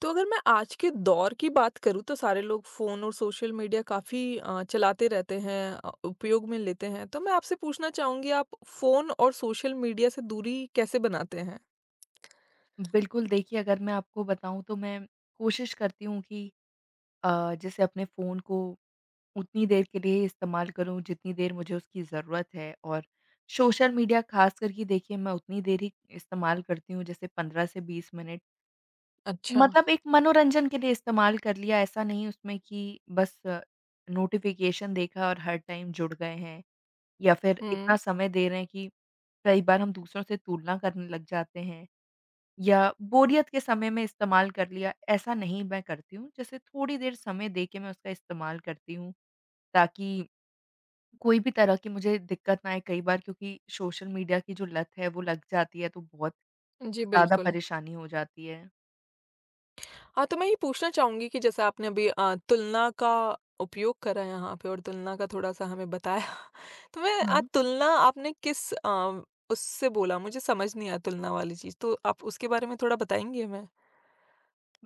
तो अगर मैं आज के दौर की बात करूँ तो सारे लोग फ़ोन और सोशल मीडिया काफ़ी चलाते रहते हैं उपयोग में लेते हैं। तो मैं आपसे पूछना चाहूँगी आप फ़ोन और सोशल मीडिया से दूरी कैसे बनाते हैं? बिल्कुल, देखिए, अगर मैं आपको बताऊँ तो मैं कोशिश करती हूँ कि जैसे अपने फ़ोन को उतनी देर के लिए इस्तेमाल करूँ जितनी देर मुझे उसकी ज़रूरत है। और सोशल मीडिया ख़ासकर कि देखिए, मैं उतनी देर ही इस्तेमाल करती हूँ, जैसे 15 से 20 मिनट। अच्छा। मतलब एक मनोरंजन के लिए इस्तेमाल कर लिया, ऐसा नहीं उसमें कि बस नोटिफ़िकेशन देखा और हर टाइम जुड़ गए हैं, या फिर हुँ। इतना समय दे रहे हैं कि कई बार हम दूसरों से तुलना करने लग जाते हैं। या बोरियत के समय में इस्तेमाल कर लिया, ऐसा नहीं मैं करती हूँ। जैसे थोड़ी देर समय दे के मैं उसका इस्तेमाल करती हूँ, ताकि कोई भी तरह की मुझे दिक्कत ना आए कई बार, क्योंकि सोशल मीडिया की जो लत है, वो लग जाती है तो बहुत जी, ज़्यादा बिल्कुल। परेशानी हो जाती है। हाँ, तो मैं ये पूछना चाहूँगी कि जैसे आपने अभी तुलना का उपयोग करा यहाँ पे और तुलना का थोड़ा-सा हमें बताया। तो मैं हाँ। तुलना आपने किस उससे बोला? मुझे समझ नहीं आया तुलना वाली चीज़। तो आप उसके बारे में थोड़ा बताएँगी हमें?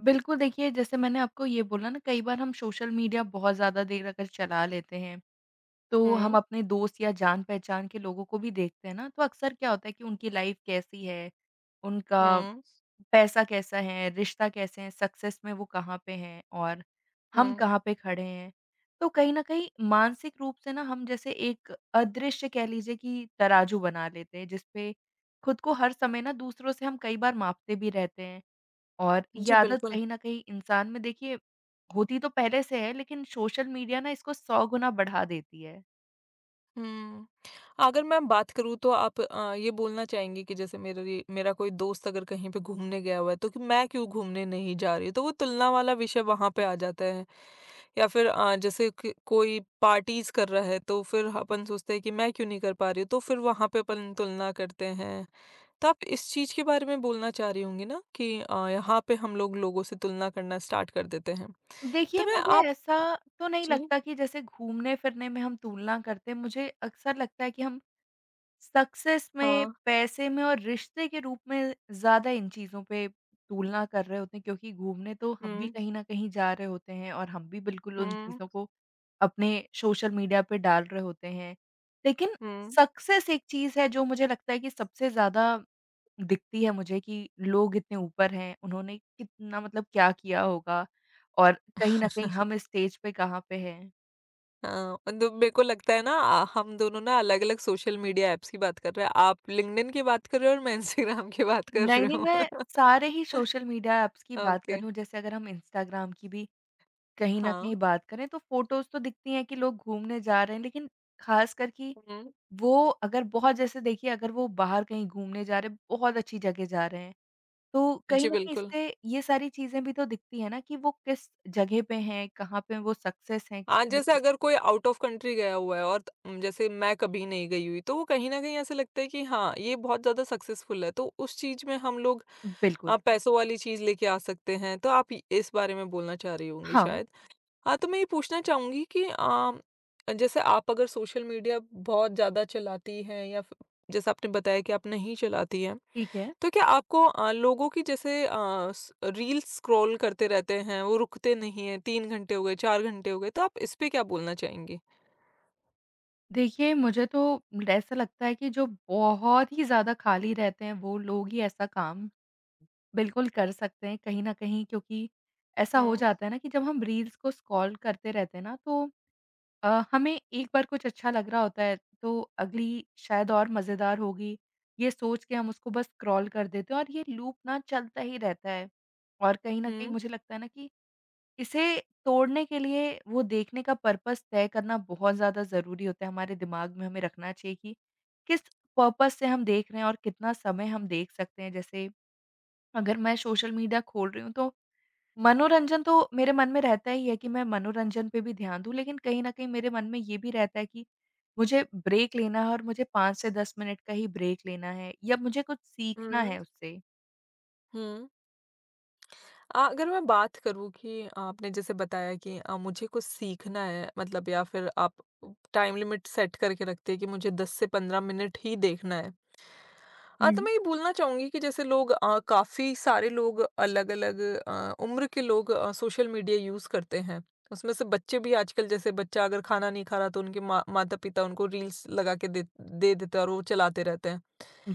बिल्कुल, देखिए, जैसे मैंने आपको ये बोला ना, कई बार हम सोशल मीडिया बहुत ज़्यादा देर अगर चला लेते हैं, तो हम हुँ। अपने दोस्त या जान-पहचान के लोगों को भी देखते हैं ना, तो अक्सर क्या होता है कि उनकी लाइफ़ कैसी है, उनका हुँ। पैसा कैसा है, रिश्ता कैसे हैं, सक्सेस में वो कहाँ पे हैं और हम हुँ। कहाँ पे खड़े हैं। तो कहीं न कहीं मानसिक रूप से ना हम जैसे एक अदृश्य, कह लीजिए, कि तराजू बना लेते हैं, जिसपे खुद को हर समय ना दूसरों से हम कई बार मापते भी रहते हैं। और ये जी, आदत बिल्कुल। कहीं न कहीं इंसान में देखिए होती तो पहले से है, लेकिन सोशल मीडिया ना इसको 100 गुना बढ़ा देती है। हुँ, अगर मैं बात करूँ तो आप ये बोलना चाहेंगी कि जैसे मेरा कोई दोस्त अगर कहीं पे घूमने गया हुआ है, तो कि मैं क्यों घूमने नहीं जा रही? तो वो तुलना वाला विषय वहाँ पे आ जाता है। या फिर जैसे क कोई पार्टीज़ कर रहा है, तो फिर अपन सोचते हैं कि मैं क्यों नहीं कर पा रही हूँ? तो फिर वहाँ पे अपन तुलना करते हैं। तो आप इस चीज़ के बारे में बोलना चाह रही होंगी ना कि यहाँ पे हम लोग लोगों से तुलना करना स्टार्ट कर देते हैं। तो देखिए, मैं मुझे आप। ऐसा तो नहीं जी, लगता कि जैसे घूमने-फिरने में हम तुलना करते हैं। मुझे अक्सर लगता है कि हम सक्सेस में, हाँ। पैसे में और रिश्ते के रूप में ज़्यादा इन चीज़ों पे तुलना कर रहे होते हैं, क्योंकि घूमने तो हम भी हुँ। कहीं न कहीं जा रहे होते हैं और हम भी बिल्कुल उन हुँ। चीज़ों को अपने सोशल मीडिया पे डाल रहे होते हैं। लेकिन हुँ। सक्सेस एक चीज़ है जो मुझे लगता है कि सबसे ज़्यादा दिखती है मुझे, कि लोग इतने ऊपर हैं, उन्होंने कितना, मतलब, क्या किया होगा और कहीं न कहीं हम इस स्टेज पे कहाँ पे हैं। हाँ, और दो मेरे को लगता है ना हम दोनों ना अलग-अलग सोशल मीडिया ऐप्स की बात कर रहे हैं। आप लिंक्डइन की बात कर रहे हो और मैं इंस्टाग्राम की बात कर नहीं, रही नहीं, हूँ। मैं सारे ही सोशल मीडिया ऐप्स की बात ओके। करूँ, जैसे अगर हम इंस्टाग्राम की भी कहीं न हाँ। कहीं बात करें, तो फ़ोटोज़ तो दिखती हैं कि लोग घूमने जा रहे हैं, लेकिन ख़ासकर कि हुँ। वो अगर बहुत, जैसे देखिए, अगर वो बाहर कहीं घूमने जा रहे हैं, बहुत अच्छी जगह जा रहे हैं, तो कहीं जी न कहीं बिल्कुल। इससे ये सारी चीज़ें भी तो दिखती हैं ना, कि वो किस जगह पे हैं, कहाँ पे वो सक्सेस हैं, हाँ, कितना जैसे सक् अगर कोई आउट ऑफ कंट्री गया हुआ है और जैसे मैं कभी नहीं गई हुई, तो वो कहीं न कहीं ऐसा लगता है कि हाँ, ये बहुत ज़्यादा सक्सेसफुल है, तो उस चीज़ में हम लोग बिल्कुल। पैसों वाली चीज़ लेके आ सकते हैं। तो आप इस बारे में बोलना चाह रही होंगी हाँ, शायद। हाँ, तो मैं ये पूछना चाहूँगी कि जैसे आप अगर सोशल मीडिया बहुत ज़्यादा चलाती हैं या फ़िर जैसे आपने बताया कि आप नहीं चलाती हैं, ठीक है। तो क्या आपको लोगों की जैसे अ, स रील्स स्क्रॉल करते रहते हैं, वो रुकते नहीं हैं, 3 घंटे हो गए, 4 घंटे हो गए, तो आप इस पे क्या बोलना चाहेंगी? देखिए, मुझे तो ऐसा लगता है कि जो बहुत ही ज़्यादा खाली रहते हैं, वो लोग ही ऐसा काम बिल्कुल कर सकते हैं कहीं न कहीं, क्योंकि ऐसा हो हुँ। जाता है ना कि जब हम रील्स को स्क्रॉल करते रहते हैं ना, तो हमें एक बार कुछ अच्छा लग रहा होता है तो अगली शायद और मज़ेदार होगी, ये सोच के हम उसको बस स्क्रॉल कर देते हैं और ये लूप ना चलता ही रहता है। और कहीं न कहीं हुँ। मुझे लगता है ना कि इसे तोड़ने के लिए वो देखने का पर्पज़ तय करना बहुत ज़्यादा ज़रूरी होता है। हमारे दिमाग में हमें रखना चाहिए कि किस पर्पज़ से हम देख रहे हैं और कितना समय हम देख सकते हैं। जैसे अगर मैं सोशल मीडिया खोल रही हूँ तो मनोरंजन तो मेरे मन में रहता ही है कि मैं मनोरंजन पे भी ध्यान दूँ, लेकिन कहीं न कहीं मेरे मन में ये भी रहता है कि मुझे ब्रेक लेना है और मुझे 5 से 10 मिनट का ही ब्रेक लेना है या मुझे कुछ सीखना है हुँ। उससे। हुँ। अगर मैं बात करूँ कि आपने जैसे बताया कि मुझे कुछ सीखना है मतलब या फ़िर आप टाइम लिमिट सेट करके रखते हैं कि मुझे 10 से 15 मिनट ही देखना है। हाँ, तो हुँ। मैं ये बोलना चाहूँगी कि जैसे लोग काफ़ी सारे लोग अलग-अलग उम्र के लोग सोशल मीडिया यूज़ करते हैं। उसमें से बच्चे भी आजकल जैसे बच्चा अगर खाना नहीं खा रहा तो उनके माँ माता-पिता उनको रील्स लगा के दे दे देते हैं और वो चलाते रहते हैं।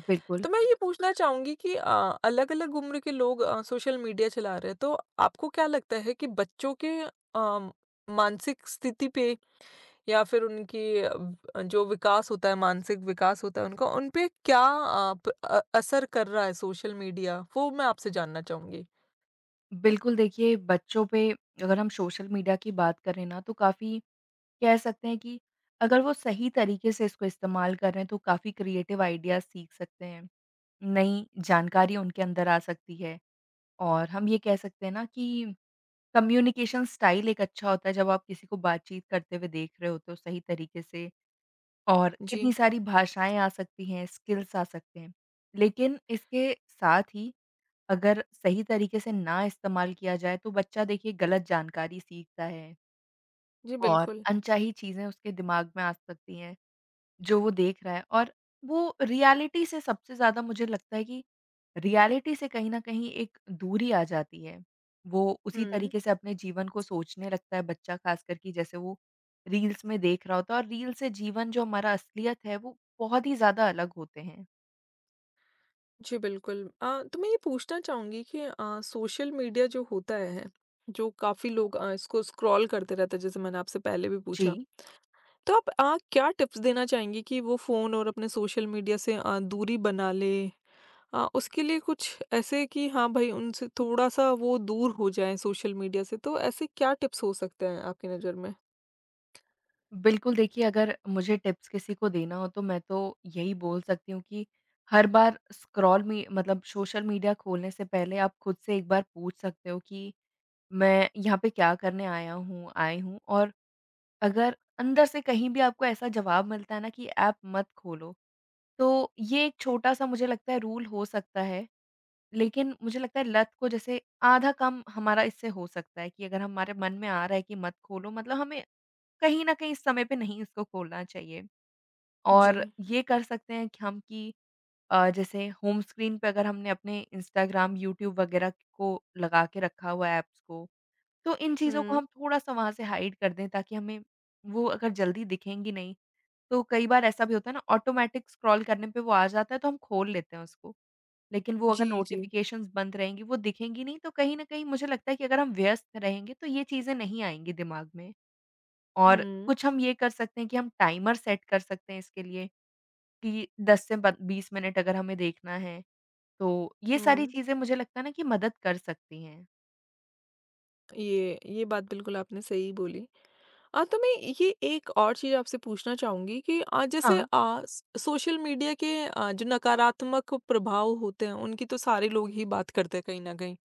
बिल्कुल। तो मैं ये पूछना चाहूँगी कि अलग-अलग उम्र के लोग सोशल मीडिया चला रहे हैं, तो आपको क्या लगता है कि बच्चों के मानसिक स्थिति पे या फिर उनकी जो विकास होता है, मानसिक विकास होता है उनका, उन पे क्या असर कर रहा है सोशल मीडिया? वो मैं आपसे जानना चाहूँगी। बिल्कुल, देखिए, बच्चों पे अगर हम सोशल मीडिया की बात करें ना, तो काफ़ी कह सकते हैं कि अगर वो सही तरीके से इसको इस्तेमाल कर रहे हैं तो काफ़ी क्रिएटिव आइडियाज़ सीख सकते हैं। नई जानकारी उनके अंदर आ सकती है। और हम ये कह सकते हैं ना कि कम्युनिकेशन स्टाइल एक अच्छा होता है जब आप किसी को बातचीत करते हुए देख रहे होते हो सही तरीके से, और जी। कितनी सारी भाषाएं आ सकती हैं, स्किल्स आ सकते हैं। लेकिन इसके साथ ही, अगर सही तरीके से ना इस्तेमाल किया जाए, तो बच्चा, देखिए, गलत जानकारी सीखता है जी, और बिल्कुल। अनचाही चीज़ें उसके दिमाग में आ सकती हैं। जो वो देख रहा है, और वो रियलिटी से सबसे ज़्यादा, मुझे लगता है कि रियलिटी से कहीं न कहीं एक दूरी आ जाती है। वो उसी हुँ। तरीके से अपने जीवन को सोचने लगता है बच्चा, ख़ासकर कि जैसे वो रील्स में देख रहा होता है, और रील से जीवन, जो हमारा असलियत है, वो बहुत ही ज़्यादा अलग होते हैं। जी, बिल्कुल। तो मैं ये पूछना चाहूँगी कि सोशल मीडिया जो होता है, जो काफ़ी लोग इसको स्क्रॉल करते रहते हैं, जैसे मैंने आपसे पहले भी पूछा। जी। तो आप क्या टिप्स देना चाहेंगी कि वो फ़ोन और अपने सोशल मीडिया से दूरी बना ले? उसके लिए कुछ ऐसे कि हाँ भाई, उनसे थोड़ा-सा वो दूर हो जाएँ सोशल मीडिया से, तो ऐसे क्या टिप्स हो सकते हैं आपकी नज़र में? बिल्कुल, देखिए, अगर मुझे टिप्स किसी को देना हो, तो मैं तो यही बोल सकती हूँ कि हर बार स्क्रॉल मी मतलब सोशल मीडिया खोलने से पहले आप खुद से एक बार पूछ सकते हो कि मैं यहाँ पे क्या करने आया हूँ आई हूँ। और अगर अंदर से कहीं भी आपको ऐसा जवाब मिलता है ना कि ऐप मत खोलो, तो ये एक छोटा-सा, मुझे लगता है, रूल हो सकता है। लेकिन मुझे लगता है लत को जैसे आधा कम हमारा इससे हो सकता है, कि अगर हमारे मन में आ रहा है कि मत खोलो, मतलब हमें कहीं न कहीं इस समय पे नहीं इसको खोलना चाहिए। जी। और ये कर सकते हैं कि हम कि जैसे होम स्क्रीन पे अगर हमने अपने इंस्टाग्राम, यूट्यूब वगैरह को लगा के रखा हुआ है ऐप्स को, तो इन चीज़ों को हुँ। हम थोड़ा-सा वहाँ से हाइड कर दें, ताकि हमें वो अगर जल्दी दिखेंगी नहीं, तो कई बार ऐसा भी होता है ना, ऑटोमैटिक स्क्रॉल करने पे वो आ जाता है तो हम खोल लेते हैं उसको। लेकिन वो अगर जी, जी। नोटिफ़िकेशंस बंद रहेंगी, वो दिखेंगी नहीं, तो कहीं न कहीं मुझे लगता है कि अगर हम व्यस्त रहेंगे तो ये चीज़ें नहीं आएँगी दिमाग में। और हुँ। कुछ हम ये कर सकते हैं कि हम टाइमर सेट कर सकते हैं इसके लिए, कि 10 से ब 20 मिनट अगर हमें देखना है, तो ये सारी हुँ। चीज़ें, मुझे लगता है ना, कि मदद कर सकती हैं। ये बात बिल्कुल आपने सही बोली। तो मैं ये एक और चीज़ आपसे पूछना चाहूँगी कि जैसे हाँ, अ, स सोशल मीडिया के जो नकारात्मक प्रभाव होते हैं, उनकी तो सारे लोग ही बात करते हैं कहीं न कहीं।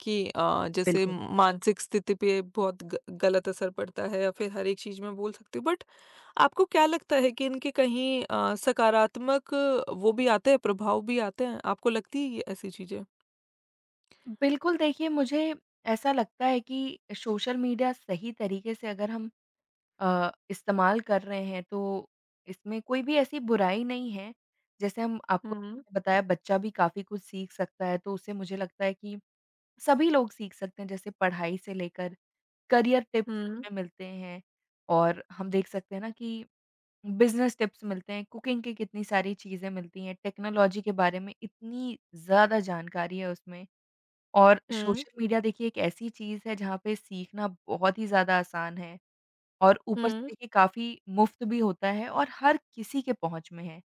कि जैसे बिल्कुल। मानसिक स्थिति पे बहुत ग गलत असर पड़ता है या फिर हर एक चीज़ में बोल सकती हूँ। बट आपको क्या लगता है कि इनके कहीं सकारात्मक वो भी आते हैं, प्रभाव भी आते हैं? आपको लगती है ये ऐसी चीज़ें? बिल्कुल, देखिए, मुझे ऐसा लगता है कि सोशल मीडिया सही तरीके से अगर हम इस्तेमाल कर रहे हैं, तो इसमें कोई भी ऐसी बुराई नहीं है। जैसे हम आपको हुँ। बताया, बच्चा भी काफ़ी कुछ सीख सकता है, तो उससे मुझे लगता है कि सभी लोग सीख सकते हैं, जैसे पढ़ाई से लेकर करियर टिप्स हुँ। उसमें मिलते हैं, और हम देख सकते हैं ना कि बिज़नेस टिप्स मिलते हैं, कुकिंग की कितनी सारी चीज़ें मिलती हैं, टेक्नोलॉजी के बारे में इतनी ज़्यादा जानकारी है उसमें। और हुँ। सोशल मीडिया, देखिए, एक ऐसी चीज़ है जहाँ पे सीखना बहुत ही ज़्यादा आसान है, और ऊपर से हुँ। देखिए काफ़ी मुफ़्त भी होता है और हर किसी के पहुँच में है।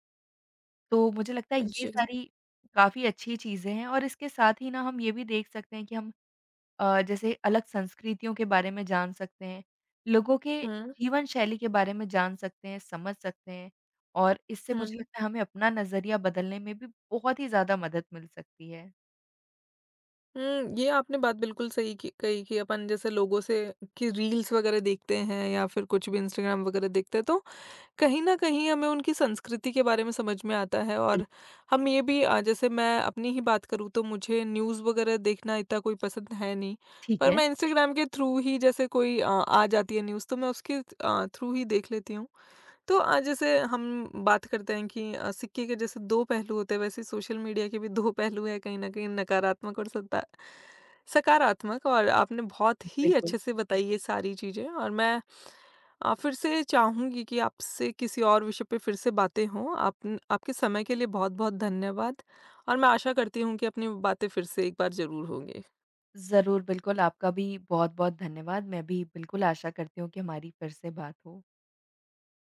तो मुझे लगता है ये जी। सारी काफ़ी अच्छी चीज़ें हैं, और इसके साथ ही ना हम ये भी देख सकते हैं कि हम जैसे अलग संस्कृतियों के बारे में जान सकते हैं, लोगों के हुँ। जीवन शैली के बारे में जान सकते हैं, समझ सकते हैं, और इससे मुझे हुँ। लगता है हमें अपना नज़रिया बदलने में भी बहुत ही ज़्यादा मदद मिल सकती है। हुँ, ये आपने बात बिल्कुल सही की कही कि अपन जैसे लोगों से कि रील्स वगैरह देखते हैं या फिर कुछ भी इंस्टाग्राम वगैरह देखते हैं तो कहीं न कहीं हमें उनकी संस्कृति के बारे में समझ में आता है बिल और हम ये भी जैसे मैं अपनी ही बात करूँ तो मुझे न्यूज़ वगैरह देखना इतना कोई पसंद है नहीं। ठीक पर है, मैं इंस्टाग्राम के थ्रू ही जैसे कोई आ जाती है न्यूज़ तो मैं उसके थ्रू ही देख लेती हूँ। तो जैसे हम बात करते हैं कि सिक्के के जैसे दो पहलू होते हैं वैसे ही सोशल मीडिया के भी दो पहलू हैं कहीं न कहीं नकारात्मक और सता सकारात्मक और आपने बहुत ही बिल्कुल। अच्छे से बताई ये सारी चीज़ें और मैं फिर से चाहूँगी कि आपसे किसी और विषय पे फिर से बातें हों। आप आपके समय के लिए बहुत-बहुत धन्यवाद और मैं आशा करती हूँ कि अपनी बातें फिर से एक बार ज़रूर होंगी। ज़रूर, बिल्कुल आपका भी बहुत-बहुत धन्यवाद। मैं भी बिल्कुल आशा करती हूँ कि हमारी फिर से बात हो।